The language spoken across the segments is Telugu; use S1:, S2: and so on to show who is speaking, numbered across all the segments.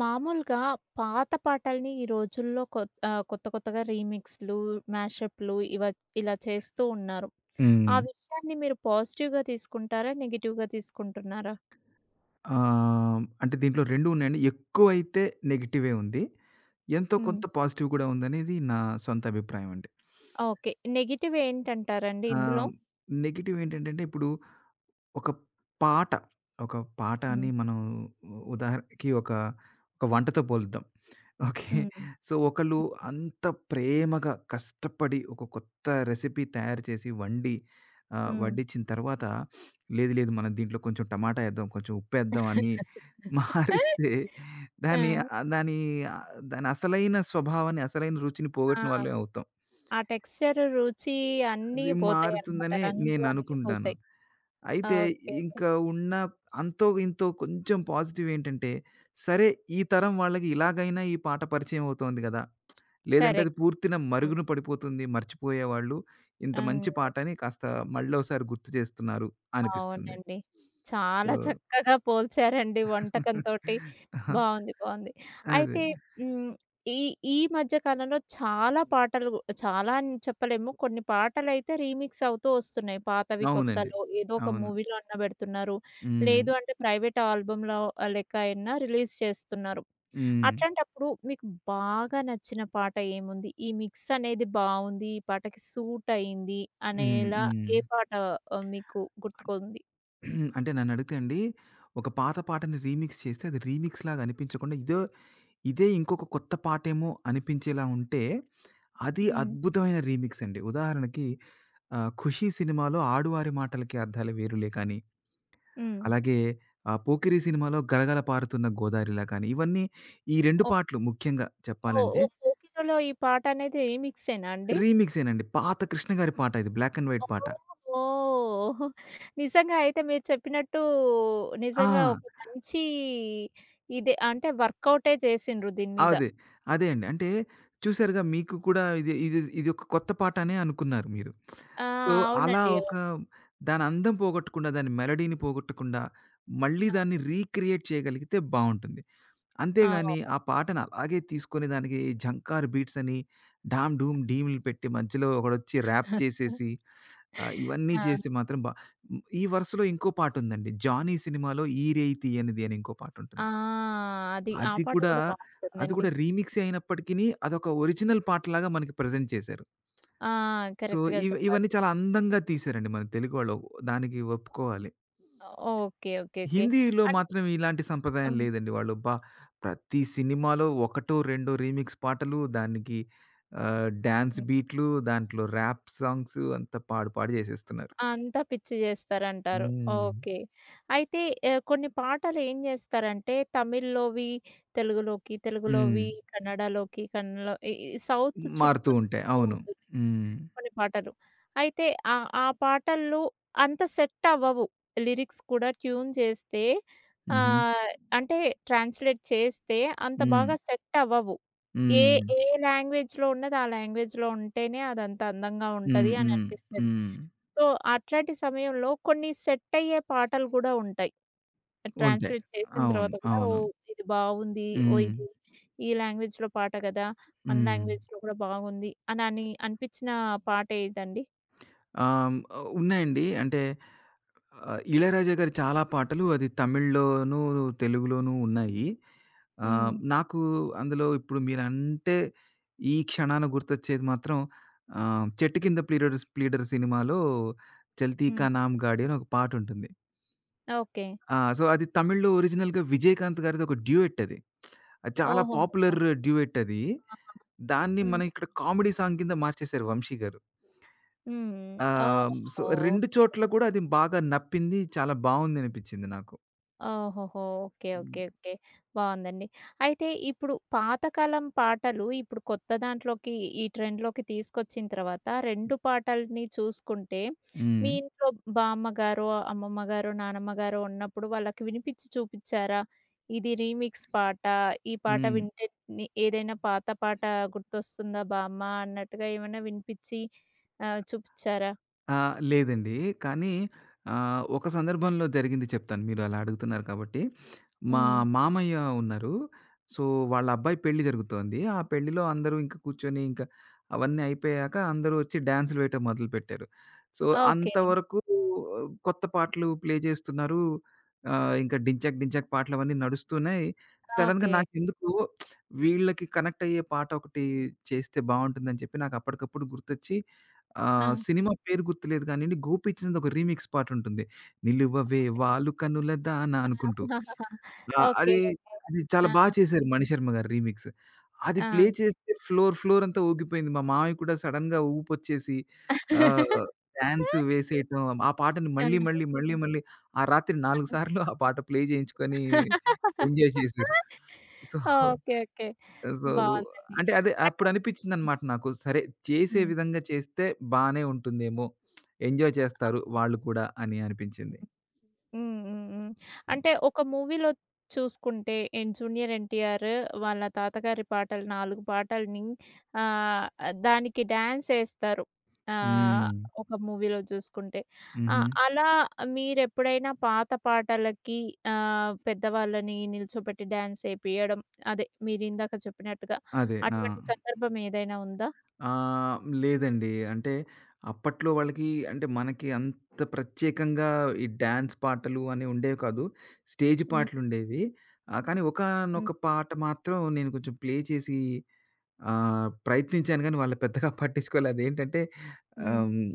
S1: మామూలుగా పాత పాటల్ని ఈ రోజుల్లో కొత్త కొత్తగా రీమిక్స్‌లు, మ్యాషప్‌లు ఇలా చేస్తూ ఉన్నారు. ఆ
S2: హ్మ్.
S1: విషయాన్ని మీరు పాజిటివ్‌గా తీసుకుంటారా? నెగెటివ్‌గా తీసుకుంటున్నారా?
S2: అంటే దీంట్లో 2 ఉన్నాయండి. ఎక్కువైతే నెగెటివే ఉంది. ఎంతో
S1: హ్మ్.
S2: కొంత పాజిటివ్ కూడా ఉందనేది నా సొంత అభిప్రాయం అండి.
S1: ఓకే. నెగెటివ్ ఏంటంటారండి ఇందులో?
S2: ఆహ్, నెగెటివ్ ఏంటంటంటే ఇప్పుడు ఒక పాట, ఒక పాట అని
S1: హ్మ్.
S2: మనం ఉదాహరణకి ఒక ఒక వంటతో పోలుద్దాం. ఓకే.
S1: హ్మ్.
S2: సో, ఒకళ్ళు అంత ప్రేమగా కష్టపడి ఒక కొత్త రెసిపీ తయారు చేసి వండి
S1: హ్మ్.
S2: వడ్డించిన తర్వాత లేదు, లేదు మనం దీంట్లో కొంచెం టమాటా ఏద్దాం, కొంచెం ఉప్పేద్దాం అని మారిస్తే
S1: ఆ!
S2: దాని ఆహ్, దాని దాని అసలైన స్వభావాన్ని, అసలైన రుచిని
S1: ఆ!
S2: పోగొట్టిన వాళ్ళమే అవుతాం.
S1: ఆ టెక్స్చర్, రుచి అన్నీ
S2: అది
S1: పోతాయన్నమాట.
S2: మారుతుందనే
S1: రంగు అన్నీ
S2: నేననుకుంటాను.
S1: పోతాయి.
S2: అయితే
S1: ఓకే.
S2: ఇంకా ఉన్న అంతో ఇంతో కొంచెం పాజిటివ్ ఏంటంటే, సరే ఈ తరం వాళ్ళకి ఇలాగైనా ఈ పాట పరిచయం అవుతోంది గదా! లేదంటే అది
S1: కరెక్ట్.
S2: పూర్తిన
S1: హ్మ్.
S2: మరుగున పడిపోతుంది. మర్చిపోయేవాళ్ళు. ఇంత
S1: ఆ!
S2: మంచి పాటని కాస్త మళ్ళోసారి గుర్తు చేస్తున్నారు అనిపిస్తుంది.
S1: అవునండి.
S2: సో,
S1: చాలా చక్కగా పోల్చారండి వంటకంతోటి. బావుంది. బావుంది.
S2: అదే.
S1: అయితే హ్మ్. ఈ ఈ మధ్య కాలంలో చాలా పాటలు చాలా అని చెప్పలేము. కొన్ని పాటలైతే రీమిక్స్ అవుతూ వస్తున్నాయి. పాతవి
S2: అవునండి.
S1: కొత్తలో ఏదో ఒక
S2: అవును.
S1: మూవీలో అన్నా పెడుతున్నారు.
S2: హ్మ్.
S1: లేదు అంటే ప్రైవేట్ ఆల్బమ్‌లో లెక్క అయినా రిలీజ్ చేస్తున్నారు.
S2: హ్మ్.
S1: అట్లాంటప్పుడు మీకు బాగా నచ్చిన పాట ఏముంది? ఈ మిక్స్ అనేది బావుంది. ఈ పాటకి సూట్ అయింది
S2: హ్మ్.
S1: అనేలా
S2: హ్మ్.
S1: ఏ పాట మీకు గుర్తుకుంది?
S2: అంటే నన్నడిగితే అండి, ఒక పాత పాటని రీమిక్స్ చేస్తే అది రీమిక్స్ లాగా అనిపించకుండా ఇదే ఇంకొక కొత్త పాటేమో అనిపించేలా ఉంటే, అది
S1: హ్మ్.
S2: అద్భుతమైన రీమిక్స్ అండి. ఉదాహరణకి 'ఖుషి' సినిమాలో 'ఆడువారి మాటలకే అర్థాలు వేరులే' కానీ,
S1: హ్మ్.
S2: అలాగే 'పోకిరి' సినిమాలో 'గలగల పారుతున్న గోదారిలా' కానీ, ఇవన్నీ ఈ 2
S1: ఓ
S2: పాటలు ముఖ్యంగా
S1: ఓహ్!
S2: చెప్పాలంటే
S1: ఓహ్! 'పోకిరి'లో ఈ పాటనేది రీమిక్సేనా అండి?
S2: రీమిక్సేనండి. పాత కృష్ణ గారి పాట ఇది. బ్లాక్ అండ్ వైట్ పాట.
S1: ఓహ్! నిజంగా అయితే మీరు చెప్పినట్టు నిజంగా
S2: ఆ!
S1: ఒక మంచి ఇదే అంటే వర్కౌటే చేసిండ్రు దీని మీద.
S2: అదే. అదే అండి. అంటే చూసారుగా మీకు కూడా ఇది ఇది ఇది ఒక కొత్త పాట అనే అనుకున్నారు మీరు.
S1: ఆ!
S2: సో, అలా
S1: అవునండి.
S2: ఒక
S1: అవును.
S2: దాని అందం పోగొట్టకుండా, దాని మెలోడీని పోగొట్టకుండా, మళ్ళీ దాన్ని రీక్రియేట్ చేయగలిగితే బావుంటుంది.
S1: ఆ!
S2: అంతేగాని
S1: అవును.
S2: ఆ పాటను అలాగే తీసుకొని దానికి జంకార్ బీట్స్ అని డామ్, డూమ్, డీమ్‌లు పెట్టి మధ్యలో ఒకడొచ్చి ర్యాప్ చేసేసి ఇవన్నీ
S1: ఆ!
S2: చేస్తే మాత్రం బా ఈ వరుసలో ఇంకో పాటుందండి. 'జానీ' సినిమాలో 'ఈరేయి తీయనిది' అని ఇంకో
S1: ఆ!
S2: పాటుంటుంది.
S1: అది ఆ
S2: అది
S1: పాట
S2: కూడా,
S1: కూడా
S2: అది
S1: బావుంటుందండి.
S2: కూడా రీమిక్సే అయినప్పటికిని అదొక ఒరిజినల్ పాటలాగా మనకి ప్రెజెంట్ చేశారు.
S1: ఆ!
S2: సో,
S1: కరెక్ట్‌గా చెప్పారు.
S2: ఇవన్నీ చాలా అందంగా తీశారండి మన తెలుగోళ్ళు. దానికి ఒప్పుకోవాలి.
S1: ఓకే. ఓకే. ఓకే.
S2: హిందీలో
S1: అన్
S2: మాత్రం ఇలాంటి సంప్రదాయం
S1: హ్మ్.
S2: లేదండి. వాళ్ళు అబ్బా! ప్రతి సినిమాలో ఒకటో, రెండో రీమిక్స్ పాటలు, దానికి డాన్స్ బీట్లు, దాంట్లో ర్యాప్ సాంగ్స్ అంతా పాడు పాడు చేసేస్తున్నారు.
S1: అంతా పిచ్చి జేస్తారంటారు. హ్మ్.
S2: హ్మ్.
S1: ఓకే. అయితే కొన్ని పాటలేం జేస్తారంటే తమిళ్‌లోవి తెలుగులోకి,
S2: హ్మ్.
S1: తెలుగులోవి కన్నడలోకి, కన్నడలో ఈ ఈ సౌత్
S2: మారుతూ
S1: చుట్టూ
S2: ఉంటాయి.
S1: తిరుగుతూ
S2: అవును.
S1: ఉంటుంది
S2: హ్మ్.
S1: కొన్ని పాటలు. అయితే ఆ ఆ పాటల్లో అంత సెట్ అవ్వవు. లిరిక్స్ కూడా ట్యూన్ చేస్తే
S2: హుహు.
S1: ఆహ్, అంటే ట్రాన్స్‌లేట్ చేస్తే అంత
S2: హ్మ్.
S1: బాగా సెట్ అవ్వవు. ఏ
S2: హ్మ్.
S1: ఏ లాంగ్వేజ్‌లో ఉన్నది ఆ లాంగ్వేజ్‌లో ఉంటేనే అదంత అందంగా
S2: హ్మ్.
S1: ఉంటది అని
S2: హ్మ్.
S1: అనిపిస్తది.
S2: హ్మ్.
S1: సో, అట్లాంటి సమయంలో కొన్ని సెట్ అయ్యే పాటలు గూడా ఉంటాయి.
S2: ఉంటాయి.
S1: ట్రాన్స్లేట్ చేసిన
S2: అవును.
S1: తర్వాత కూడా
S2: అవును.
S1: ఓహ్! ఇది బావుంది. ఓహ్!
S2: హ్మ్.
S1: ఇది ఈ లాంగ్వేజ్‌లో పాట గదా! మన
S2: హ్మ్.
S1: లాంగ్వేజ్‌లో కూడా బాగుంది అని అని అనిపించిన పాట ఏదండి?
S2: ఆహ్, హ్మ్. ఉన్నాయండి. అంటే 'ఇళయరాజా' గారి చాలా పాటలు అది తమిళ్‌లోనూ, తెలుగులోనూ ఉన్నాయి.
S1: హ్మ్.
S2: నాకు అందులో ఇప్పుడు మీరంటే ఈ క్షణాన గుర్తొచ్చేది మాత్రం 'చెట్టు కింద ప్లీడర్స్ ప్లీడర్' సినిమాలో 'చల్తీ
S1: హ్మ్.
S2: కా నామ్ గాడి' అని ఒక పాటుంటుంది.
S1: ఓకే.
S2: ఆ! సో, అది తమిళ్‌లో ఒరిజినల్‌గా విజయకాంత్ గారిది ఒక డ్యూయెట్ అది. అది చాలా
S1: ఓహోహో!
S2: పాపులర్ డ్యూయెట్ అది.
S1: ఆహా!
S2: దాన్ని
S1: హ్మ్.
S2: మనం ఇక్కడ కామెడీ సాంగ్ కింద మార్చేశారు 'వంశీ' గారు.
S1: హ్మ్. ఓహ్!
S2: So, 2
S1: okay.
S2: చోట్ల కూడా అది బాగా నప్పింది. చాలా బావుందనిపించింది నాకు.
S1: ఓహోహో! ఓకే. ఓకే. ఓకే. బావుందండి. అయితే ఇప్పుడు పాతకాలం పాటలు ఇప్పుడు కొత్త దాంట్లోకి ఈ ట్రెండ్‌లోకి తీసుకొచ్చిన తర్వాత 2 పాటల్ని చూసుకుంటే, మీ
S2: హ్మ్.
S1: ఇంట్లో బామ్మగారో, అమ్మమ్మగారో, నానమ్మగారో ఉన్నప్పుడు వాళ్ళకి వినిపించి చూపిచ్చారా? ఇది రీమిక్స్ పాట. ఈ పాట
S2: హ్మ్.
S1: వింటే ఏదైనా పాత పాట గుర్తొస్తుందా బామ్మ అన్నట్టుగా ఏమైనా వినిపిచ్చి చూపిచ్చారా?
S2: ఆ! లేదండి. కానీ ఒక సందర్భంలో జరిగింది చెప్తాను. మీరు అలా అడుగుతున్నారు కాబట్టి. మా
S1: హ్మ్.
S2: మామయ్య ఉన్నారు. సో, వాళ్ళ అబ్బాయి పెళ్లి జరుగుతోంది. ఆ పెళ్లిలో అందరూ ఇంకా కూర్చొని ఇంకా అవన్నీ అయిపోయాక అందరూ వచ్చి డాన్స్‌లు వేయటం మొదలుపెట్టారు. So,
S1: okay.
S2: అంతవరకు కొత్త పాటలు ప్లే చేస్తున్నారు. ఇంకా 'డించక్ డించక్' పాటలు అవన్నీ నడుస్తున్నాయి. సడెన్‌గా
S1: ఓకే.
S2: నాకెందుకో వీళ్ళకి కనెక్ట్ అయ్యే పాట ఒకటి చేస్తే బావుంటుందని చెప్పి నాకు అప్పటికప్పుడు గుర్తొచ్చి
S1: ఆ!
S2: సినిమా పేరు గుర్తులేదు గానండి. 'గోపిచంద్' ఒక రీమిక్స్ పాటుంటుంది. 'నిలువవే వాలు కనుల దాన' అనుకుంటూ.
S1: ఆహాహాహా!
S2: ఆ!
S1: ఓకే.
S2: అది,
S1: ఓకే.
S2: అది చాలా
S1: ఆ!
S2: బా చేశారు 'మణిశర్మ' గారు రీమిక్స్. అది
S1: ఆ!
S2: ప్లే చేస్తే ఫ్లోర్, ఫ్లోర్ అంతా ఊగిపోయింది. మా మామయ్య కూడా సడెన్‌గా ఊపొచ్చేసి
S1: ఆ!
S2: ఆహ్, డాన్స్ వేసేయటం, ఆ పాటని మళ్ళీ, మళ్ళీ, మళ్ళీ, మళ్ళీ ఆ రాత్రి 4 సార్లు ఆ పాట ప్లే చేయించుకొని ఎంజాయ్ చేశారు. So,
S1: okay. ఓకే.
S2: సో,
S1: బావుందండి.
S2: అంటే అదే
S1: అంటే
S2: అప్పుడనిపిచ్చిందనమాట నాకు. సరే చేసే
S1: హ్మ్.
S2: విధంగా చేస్తే బానే ఉంటుందేమో. ఎంజాయ్ చేస్తారు వాళ్ళు కూడా అని అనిపించింది.
S1: హ్మ్. హ్మ్. హ్మ్. అంటే ఒక మూవీలో చూసుకుంటే 'జూనియర్ ఎన్టీఆర్' వాళ్ళ తాతగారి పాటలు 4 పాటల్ని ఆహ్, దానికి డాన్స్ ఏస్తారు. ఆహ్,
S2: హ్మ్.
S1: ఒక మూవీలో చూసుకుంటే.
S2: హుహు.
S1: అలా మీరెప్పుడైనా పాత పాటలకి పెద్దవాళ్ళని నిల్చోబెట్టి డాన్స్ ఏపియడం అదే మీరిందాక చెప్పినట్టుగా
S2: అదే. ఆ!
S1: అటువంటి సందర్భం ఏదైనా ఉందా?
S2: లేదండి. అంటే అప్పట్లో వాళ్ళకి అంటే మనకి అంత ప్రత్యేకంగా ఈ డాన్స్ పాటలు అని ఉండేవి కాదు. స్టేజ్
S1: హ్మ్.
S2: పాటలుండేవి. కానీ
S1: హ్మ్.
S2: ఒకానొక పాట మాత్రం నేను కొంచెం ప్లే చేసి ప్రయత్నించాను గానీ వాళ్ళు పెద్దగా పట్టించుకోలే. అదేంటంటే
S1: హ్మ్.
S2: ఆహ్, హ్మ్,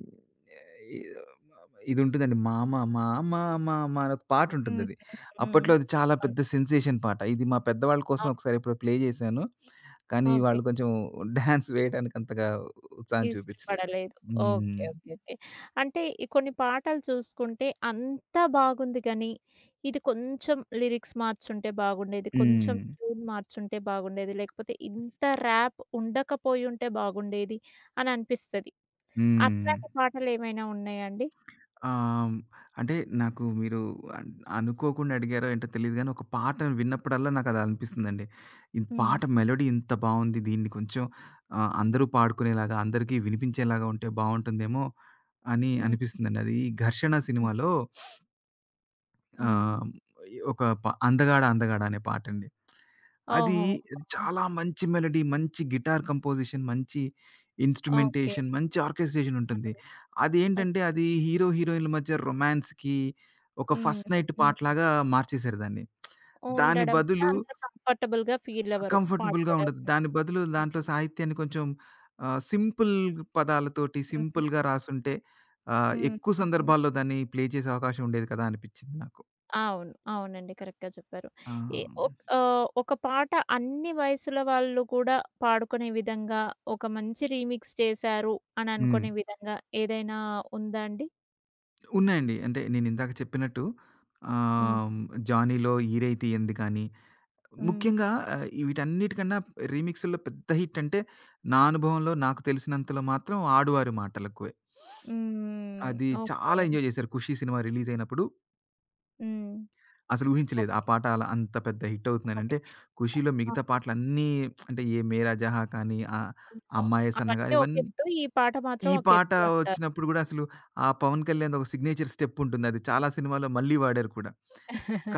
S2: ఇదుంటుందండి 'మామ మామ మామ' అని ఒక
S1: హ్మ్.
S2: పాటుంటుందది.
S1: హ్మ్.
S2: అప్పట్లో అది చాలా
S1: అవును.
S2: పెద్ద సెన్సేషన్ పాట. ఇది మా పెద్దవాళ్ళ కోసం
S1: అవును.
S2: ఒకసారి ఎప్పుడో ప్లే చేశాను. కానీ
S1: ఓకే.
S2: వాళ్ళు కొంచెం డాన్స్ వేయడానికి అంతగా ఉత్సాహం చూపించలేదు.
S1: ఇష్టపడలేదు. ఓకే.
S2: హ్మ్.
S1: ఓకే. ఓకే. అంటే ఈ కొన్ని పాటలు చూసుకుంటే అంతా బాగుంది గానీ, ఇది కొంచెం లిరిక్స్ మార్చుంటే బాగుండేది. కొంచెం
S2: హ్మ్.
S1: ట్యూన్ మార్చుంటే బాగుండేది. లేకపోతే ఇంత ర్యాప్ ఉండకపోయుంటే బాగుండేది అని అనిపిస్తది.
S2: హ్మ్.
S1: అట్లాంటి పాటలేమైనా ఉన్నాయా అండి?
S2: ఆ! హ్మ్. అంటే నాకు మీరు అన్ అనుకోకుండా అడిగారో ఏంటో తెలీదు గానీ, ఒక పాట విన్నప్పుడల్లా నాకలా అనిపిస్తుందండి. ఈ
S1: హ్మ్.
S2: పాట మెలోడీ ఇంత బావుంది. దీన్ని కొంచెం అందరూ పాడుకునేలాగా, అందరికీ వినిపించేలాగా ఉంటే బావుంటుందేమో అని
S1: హ్మ్.
S2: అనిపిస్తుందండి. అది 'ఘర్షణ'
S1: హ్మ్.
S2: సినిమాలో
S1: హ్మ్.
S2: ఆహ్, ఈ ఒక ప 'అందగాడ అందగాడ' అనే పాటండి. అది
S1: ఓహోహోహో!
S2: చాలా మంచి మెలోడీ, మంచి గిటార్ కంపోజిషన్, మంచి
S1: ఓకే.
S2: ఇన్‌స్ట్రుమెంటేషన్, మంచి ఆర్కెస్ట్రేషన్ ఉంటుంది.
S1: హ్మ్. ఓహ్!
S2: అదేంటంటే అది హీరో, హీరోయిన్‌ల మధ్య రొమాన్స్‌కి ఒక
S1: హ్మ్.
S2: ఫస్ట్ నైట్
S1: హ్మ్.
S2: పాటలాగా మార్చేసారు దాన్ని. దాని
S1: ఉండడం వల్ల
S2: బదులు
S1: అంత కంఫర్టబుల్‌గా ఫీలవ్వరు
S2: కంఫర్టబుల్‌గా ఉండదు.
S1: పాడుకోడానికి.
S2: దాని బదులు
S1: హ్మ్.
S2: దాంట్లో సాహిత్యాన్ని కొంచెం సింపుల్ పదాలతోటి
S1: హ్మ్.
S2: సింపుల్‌గా రాసుంటే
S1: హ్మ్.
S2: ఎక్కువ
S1: హ్మ్.
S2: సందర్భాల్లో దాన్ని ప్లే చేసే అవకాశం ఉండేది కదా అనిపిచ్చింది నాకు.
S1: అవును. అవునండి. కరెక్ట్‌గా చెప్పారు.
S2: ఆ!
S1: ఈ ఒక పాట అన్ని వయసుల వాళ్ళు కూడా పాడుకునే విధంగా, ఒక మంచి రీమిక్స్ చేశారు అని
S2: హ్మ్.
S1: అనుకునే విధంగా ఏదైనా ఉందా అండి?
S2: ఉన్నాయండి. అంటే నేనిందాక చెప్పినట్టు
S1: హ్మ్.
S2: ఆహ్, 'జానీలో' 'ఈరైతీయంది' గాని,
S1: హ్మ్.
S2: ముఖ్యంగా వీటన్నిటికన్నా రీమిక్స్‌ల్లో పెద్ద హిట్ అంటే నా అనుభవంలో నాకు తెలిసినంతలో మాత్రం 'ఆడువారి మాటలకువే.'
S1: హ్మ్.
S2: అది
S1: ఓకే.
S2: చాలా ఎంజాయ్ చేశారు. 'ఖుషి' సినిమా రిలీజ్ అయినప్పుడు
S1: హ్మ్.
S2: అసలు ఊహించలేదు. ఆ
S1: ఓకే.
S2: పాట అలా అంత పెద్ద హిట్ అవుతుందని.
S1: ఓకే.
S2: అంటే 'ఖుషిలో' మిగతా
S1: అవును.
S2: పాటలన్నీ అంటే 'ఏ మేరా జహా' కానీ,
S1: అవును.
S2: 'అమ్మాయే సన్నగా'
S1: అవన్నీ ఒక
S2: ఇవన్నీ
S1: ఎత్తు. ఈ పాట మాత్రం
S2: ఈ
S1: ఒక
S2: పాట
S1: ఎత్తు అంటారు.
S2: వచ్చినప్పుడు గూడా అసలు ఆ 'పవన్ కళ్యాణ్‌ది' ఒక సిగ్నేచర్ స్టెప్ ఉంటుంది. అది చాలా సినిమాల్లో మళ్ళీ వాడారు కూడా.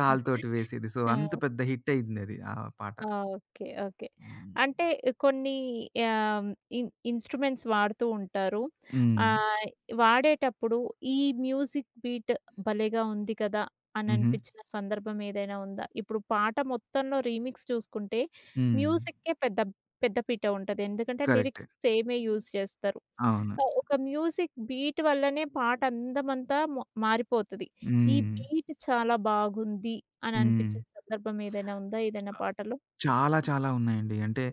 S2: కాలుతోటి వేసేది. సో,
S1: ఆ!
S2: అంత పెద్ద హిట్ అయిందది ఆ పాట.
S1: ఆ! ఓకే. ఓకే.
S2: హ్మ్.
S1: అంటే కొన్ని ఆహ్, ఇన్ ఇన్‌స్ట్రుమెంట్స్ వాడుతూ ఉంటారు.
S2: హ్మ్.
S1: ఆహ్, వాడేటప్పుడు ఈ మ్యూజిక్ బీట్ భలేగా ఉంది కదా! అని
S2: హుహు.
S1: అనిపించిన సందర్భం ఏదైనా ఉందా? ఇప్పుడు పాట మొత్తంలో రీమిక్స్ చూసుకుంటే
S2: హ్మ్.
S1: మ్యూజిక్కే పెద్ద పెద్ద పీట ఉంటది. ఎందుకంటే
S2: కరెక్టే.
S1: లిరిక్స్ సేమే యూజ్ చేస్తారు.
S2: అవును.
S1: ఒక మ్యూజిక్ బీట్ వల్లనే పాట అందమంతా మారిపోతది. ఈ
S2: హ్మ్.
S1: బీట్ చాలా బాగుంది అని
S2: హ్మ్.
S1: అనిపించిన సందర్భం ఏదైనా ఉందా ఏదైనా పాటలో?
S2: చాలా చాలా ఉన్నాయండి. అంటే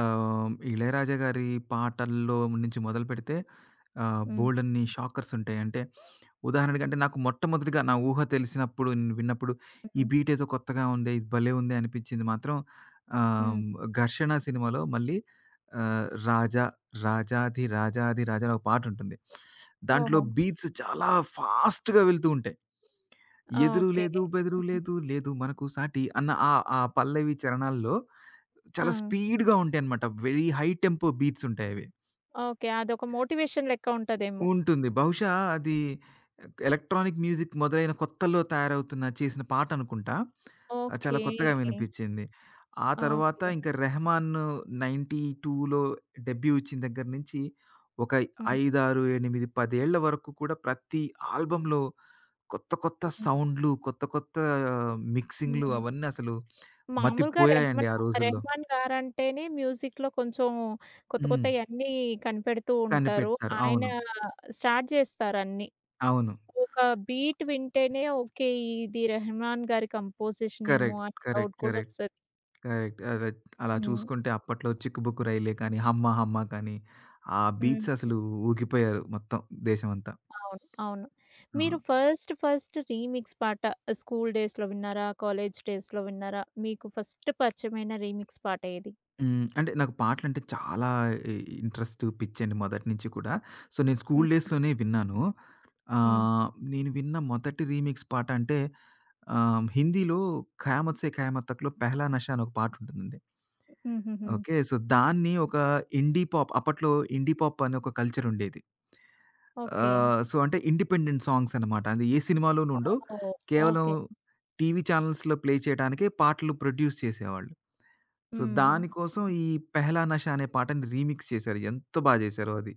S2: 'ఇళయరాజా' గారి పాటల్లో నుంచి మొదలుపెడితే
S1: హ్మ్.
S2: బోలెడన్ని షాకర్స్ ఉంటాయి. అంటే ఉదాహరణకంటే నాకు మొట్టమొదటిగా నా ఊహ తెలిసినప్పుడు, నేను విన్నప్పుడు ఈ
S1: హ్మ్.
S2: బీట్ ఏదో కొత్తగా ఉందే, ఇది భలే ఉందే అనిపించింది మాత్రం ఆహ్,
S1: హ్మ్.
S2: 'ఘర్షణ' సినిమాలో మళ్ళీ 'రాజా రాజాది రాజాది రాజా' అని ఒక పాటుంటుంది. దాంట్లో
S1: ఓహో!
S2: బీట్స్ చాలా ఫాస్ట్‌గా వెళ్తూ ఉంటాయి. ఎదురు
S1: ఓకే.
S2: లేదు, బెదురు లేదు, లేదు మనకు సాటి అన్న ఆ ఆ పల్లవి చరణాల్లో
S1: ఆ!
S2: చాలా స్పీడ్‌గా ఉంటాయన్నమాట. వెరీ హై టెంపో బీట్స్ ఉంటాయవి.
S1: ఓకే. అదొక మోటివేషన్ లెక్క ఉంటదేమో.
S2: ఉంటుంది. బహుశా అది ఎలక్ట్రానిక్ మ్యూజిక్ మొదలైన కొత్తల్లో తయారవుతున్న చేసిన పాటనుకుంటా. చాలా
S1: ఓకే.
S2: కొత్తగా వినిపిచ్చింది. ఆ తర్వాత
S1: ఓకే.
S2: ఇంకా 'రెహమాన్' 92లో డెబ్యూ ఇచ్చిన దగ్గర నుంచి ఒక
S1: హ్మ్.
S2: 5, 6, 8, 10 ఏళ్ల వరకు కూడా ప్రతి ఆల్బమ్‌లో కొత్త కొత్త
S1: హ్మ్.
S2: సౌండ్‌లు, కొత్త కొత్త మిక్సింగ్‌లు
S1: హ్మ్.
S2: అవన్నీ అసలు
S1: మామూలుగా
S2: మతిపోయాయండి ఆ రోజుల్లో.
S1: రెహమాన్ గారంటేనే మ్యూజిక్‌లో కొంచెం కొత్త
S2: హ్మ్.
S1: కొత్తయన్నీ కనిపెడుతూ ఉంటారు.
S2: కనిపెట్టారు.
S1: ఆయన
S2: అవును.
S1: స్టార్ట్ జేస్తారన్నీ.
S2: అవును.
S1: ఒక బీట్ వింటేనే ఓకే. ఇది రెహమాన్ గారి కంపోజిషన్ ఏమో
S2: కరెక్ట్.
S1: అనే
S2: కరెక్ట్.
S1: డౌట్ కూడా
S2: కరెక్ట్.
S1: వస్తది.
S2: కరెక్ట్. అదే అలా
S1: హ్మ్.
S2: చూసుకుంటే అప్పట్లో 'చిక్కుబుక్కు రైలే' కానీ, 'హమ్మ హమ్మ' కానీ, ఆ బీట్స్
S1: హ్మ్.
S2: అసలు ఊగిపోయారు మొత్తం దేశమంతా.
S1: అవును. అవును.
S2: ఆ!
S1: మీరు ఫస్ట్ రీమిక్స్ పాట స్కూల్ డేస్‌లో విన్నారా? కాలేజ్ డేస్‌లో విన్నారా? మీకు ఫస్ట్ పరిచయమైన రీమిక్స్ పాట ఏది?
S2: హ్మ్. అంటే నాకు పాటలంటే చాలా ఇ ఇంట్రెస్ట్, పిచ్చండి మొదటి నుంచి కూడా. సో, నేను స్కూల్
S1: హ్మ్.
S2: డేస్‌లోనే విన్నాను.
S1: హ్మ్.
S2: ఆహ్, నేను విన్న మొదటి రీమిక్స్ పాట అంటే హిందీలో 'ఖయామత్ సే ఖయామత్ తక్‌లో 'పెహ్లా నషా' అని ఒక పాటుంటుందండి.
S1: హుహుహు.
S2: ఓకే. సో, దాన్ని ఒక ఇండీ పాప్ అప్పట్లో ఇండీ పాప్ అని ఒక కల్చర్ ఉండేది.
S1: ఓకే.
S2: సో, అంటే ఇండిపెండెంట్ సాంగ్స్ అనమాట. అది ఏ సినిమాలోనూ ఉండవు.
S1: ఓహ్!
S2: కేవలం
S1: ఓకే.
S2: టీవీ ఛానల్స్‌లో ప్లే చేయడానికే పాటలు ప్రొడ్యూస్ చేసేవాళ్ళు. సో,
S1: హ్మ్.
S2: దానికోసం ఈ 'పెహెలా నషా' అనే పాటని రీమిక్స్ చేశారు. ఎంత బా చేశారో అది.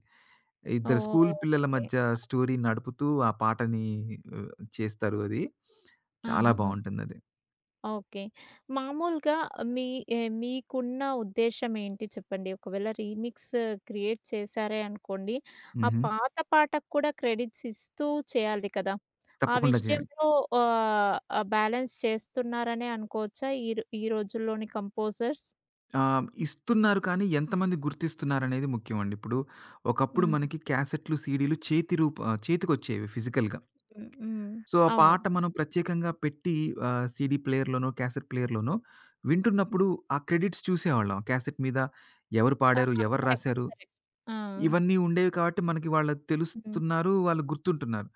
S2: ఇద్దరు
S1: ఓహ్!
S2: స్కూల్ పిల్లల
S1: ఓకే.
S2: మధ్య
S1: ఓ, ఓకే.
S2: స్టోరీ నడుపుతూ ఆ పాటని ఆహ్, చేస్తారు అది. చాలా
S1: ఆహాహా!
S2: బావుంటుందది.
S1: ఓకే. మామూలుగా మీ మీకున్న ఉద్దేశ్యం ఏంటి చెప్పండి? ఒకవేళ రీమిక్స్ క్రియేట్ చేశారే అనుకోండి, ఆ
S2: హుహు.
S1: పాత పాటకు కూడా క్రెడిట్స్ ఇస్తూ చేయాలి కదా! ఆ
S2: తప్పకుండా చేయాలి.
S1: విషయంలో ఆహ్, ఆహ్, బ్యాలెన్స్ చేస్తున్నారనే అనుకోవచ్చా? ఈ రోజుల్లోని కంపోజర్స్?
S2: ఆ! ఇస్తున్నారు కానీ ఎంతమంది గుర్తిస్తున్నారనేది ముఖ్యమండి. ఇప్పుడు ఒకప్పుడు
S1: హ్మ్.
S2: మనకి క్యాసెట్‌లు, సీడీలు చేతి రూప చేతికొచ్చేవి ఫిజికల్‌గా.
S1: హ్మ్. హ్మ్.
S2: సో, ఆ
S1: అవును.
S2: పాట మనం ప్రత్యేకంగా పెట్టి సీడీ ప్లేయర్‌లోనో, క్యాసెట్ ప్లేయర్‌లోనో వింటున్నప్పుడు ఆ క్రెడిట్స్ చూసేవాళ్ళం. క్యాసెట్ మీద ఎవరు
S1: ఆ!
S2: పాడారు, ఎవరు
S1: కరెక్ట్.
S2: రాశారు
S1: కరెక్ట్. ఆ!
S2: ఇవన్నీ ఉండేవి కాబట్టి మనకి వాళ్ళు
S1: హ్మ్.
S2: తెలుస్తున్నారు, వాళ్ళు గుర్తుంటున్నారు.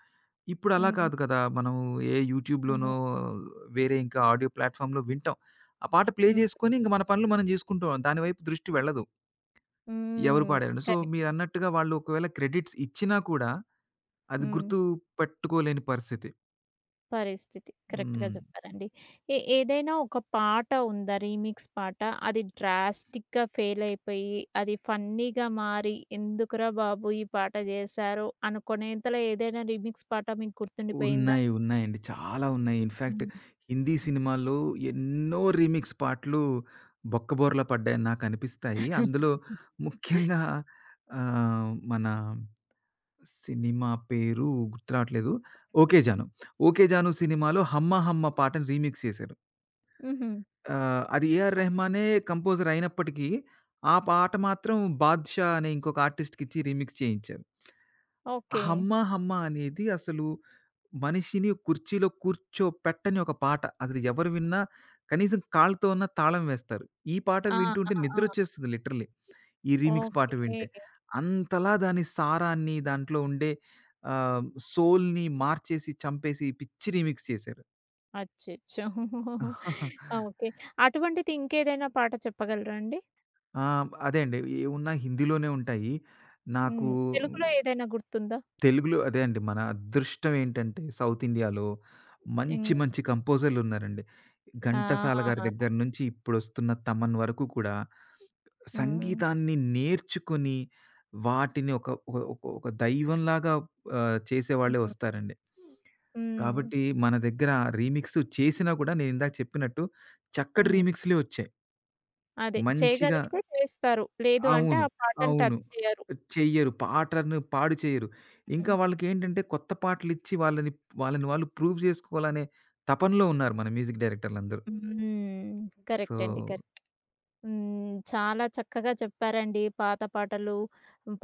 S2: ఇప్పుడు అలా
S1: హ్మ్.
S2: కాదు కదా! మనం ఏ
S1: హ్మ్.
S2: యూట్యూబ్‌లోనో వేరే ఇంకా ఆడియో ప్లాట్‌ఫామ్‌లో వింటాం. ఆ పాట ప్లే
S1: హ్మ్.
S2: చేసుకొని ఇంక మన పనులు మనం చేసుకుంటాం. దాని వైపు దృష్టి వెళ్ళదు. ఎవరు
S1: హ్మ్.
S2: పాడారండి. So,
S1: correct.
S2: మీరన్నట్టుగా వాళ్ళు ఒకవేళ క్రెడిట్స్ ఇచ్చినా కూడా, అది
S1: హ్మ్.
S2: గుర్తు పెట్టుకోలేని పరిస్థితి.
S1: పరిస్థితి. కరెక్ట్‌గా
S2: హ్మ్.
S1: చెప్పారండి. ఏదైనా ఒక పాట ఉందా? రీమిక్స్ పాట. అది డ్రాస్టిక్‌గా ఫెయిల్ అయిపోయి, అది ఫన్నీగా మారి, ఎందుకురా బాబు! ఈ పాట చేశారు అనుకునేంతలో ఏదైనా రీమిక్స్ పాట మీకు గుర్తుండిపోయిందా?
S2: ఉన్నాయి. ఉన్నాయండి. చాలా ఉన్నాయి. ఇన్‌ఫాక్ట్
S1: హ్మ్.
S2: హిందీ సినిమాల్లో ఎన్నో రీమిక్స్ పాటలు బొక్కబోర్లా పడ్డాయని నాకనిపిస్తాయి. అందులో ముఖ్యంగా మన సినిమా పేరు గుర్తు రావట్లేదు. 'ఓకే జాను.' 'ఓకే జాను' సినిమాలో 'హమ్మ హమ్మ' పాటని రీమిక్స్ చేశారు.
S1: హుహు.
S2: అది 'ఏఆర్ రెహమానే' కంపోజర్ అయినప్పటికీ, ఆ పాట మాత్రం 'బాద్‌షా' అనే ఇంకొక ఆర్టిస్ట్‌కిచ్చి రీమిక్స్ చేయించారు.
S1: ఓకే.
S2: 'హమ్మ హమ్మ' అనేది అసలు మనిషిని కుర్చీలో కూర్చోపెట్టని ఒక పాట. అసలు ఎవరు విన్నా కనీసం కాళ్ళతో అన్నా తాళం వేస్తారు. ఈ పాట
S1: ఆ! ఆ!
S2: వింటుంటే
S1: ఆ!
S2: నిద్రొచ్చేస్తది లిటరల్లీ. ఈ రీమిక్స్ పాట
S1: ఓకే.
S2: వింటే. అంతలా దాని సారాన్ని, దాంట్లో ఉండే ఆహ్, సోల్‌ని మార్చేసి, చంపేసి పిచ్చి రీమిక్స్ చేశారు.
S1: అచ్చచ్చో! ఓకే. అటువంటిది ఇంకేదైనా పాట చెప్పగలరా అండి?
S2: ఆ! అదే అండి. ఏవున్నా హిందీలోనే ఉంటాయి. నాకు
S1: హ్మ్. తెలుగులో ఏదైనా గుర్తుందా?
S2: తెలుగులో అదే అండి. మన అదృష్టం ఏంటంటే సౌత్ ఇండియాలో మంచి,
S1: హ్మ్.
S2: మంచి కంపోజర్‌లున్నారండి.
S1: ఆ!
S2: ఘంటసాల గారి దగ్గర నుంచి ఇప్పుడొస్తున్న తమన్ వరకు కూడా
S1: హ్మ్.
S2: సంగీతాన్ని నేర్చుకొని వాటిని ఒక ఒక ఒక ఒక దైవంలాగా చేసేవాళ్ళే
S1: హ్మ్.
S2: వస్తారండి.
S1: హ్మ్.
S2: కాబట్టి మన దగ్గర రీమిక్స్ చేసినా కూడా నేనిందాక చెప్పినట్టు చక్కటి
S1: హ్మ్.
S2: రీమిక్స్‌లే వచ్చాయి.
S1: అదే
S2: మంచిగా
S1: చేయగలిగితే చేస్తారు. లేదు అంటే
S2: అవును.
S1: ఆ పాటని
S2: అవును.
S1: టచ్ చేయరు.
S2: చెయ్యరు. పాటను పాడు చెయ్యరు. ఇంకా
S1: హ్మ్.
S2: వాళ్ళకేంటంటే కొత్త పాటలిచ్చి వాళ్ళని, వాళ్ళని వాళ్ళు ప్రూవ్ జేసుకోవాలనే తపనలో ఉన్నారు మన మ్యూజిక్ డైరెక్టర్లందరూ.
S1: హ్మ్.
S2: సో,
S1: కరెక్ట్ అండి. కరెక్ట్. హ్మ్. చాలా చక్కగా చెప్పారండి. పాత పాటలు,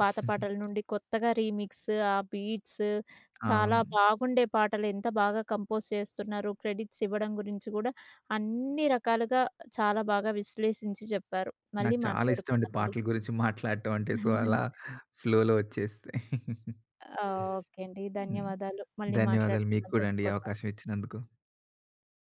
S1: పాత పాటల నుండి కొత్తగా రీమిక్స్, ఆ బీట్స్ చాలా
S2: అవును.
S1: బాగుండే పాటలు ఎంత బాగా కంపోజ్ చేస్తున్నారు. క్రెడిట్స్ ఇవ్వడం గురించి కూడా అన్ని రకాలుగా చాలా బాగా విశ్లేషించి చెప్పారు.
S2: నాకు
S1: మళ్ళీ
S2: చాలా ఇష్టమండి
S1: మాట్లాడుకుందామండి.
S2: పాటల గురించి మాట్లాడటం అంటే. సో, అలా ఫ్లోలో వచ్చేస్తాయి.
S1: ఆ! ఓకే అండి.
S2: హ్మ్.
S1: ధన్యవాదాలు. మళ్ళీ
S2: ధన్యవాదాలు మీకు
S1: మాట్లాడుకుందాం
S2: కూడా అండి ఈ
S1: తప్పకుండా.
S2: అవకాశం ఇచ్చినందుకు.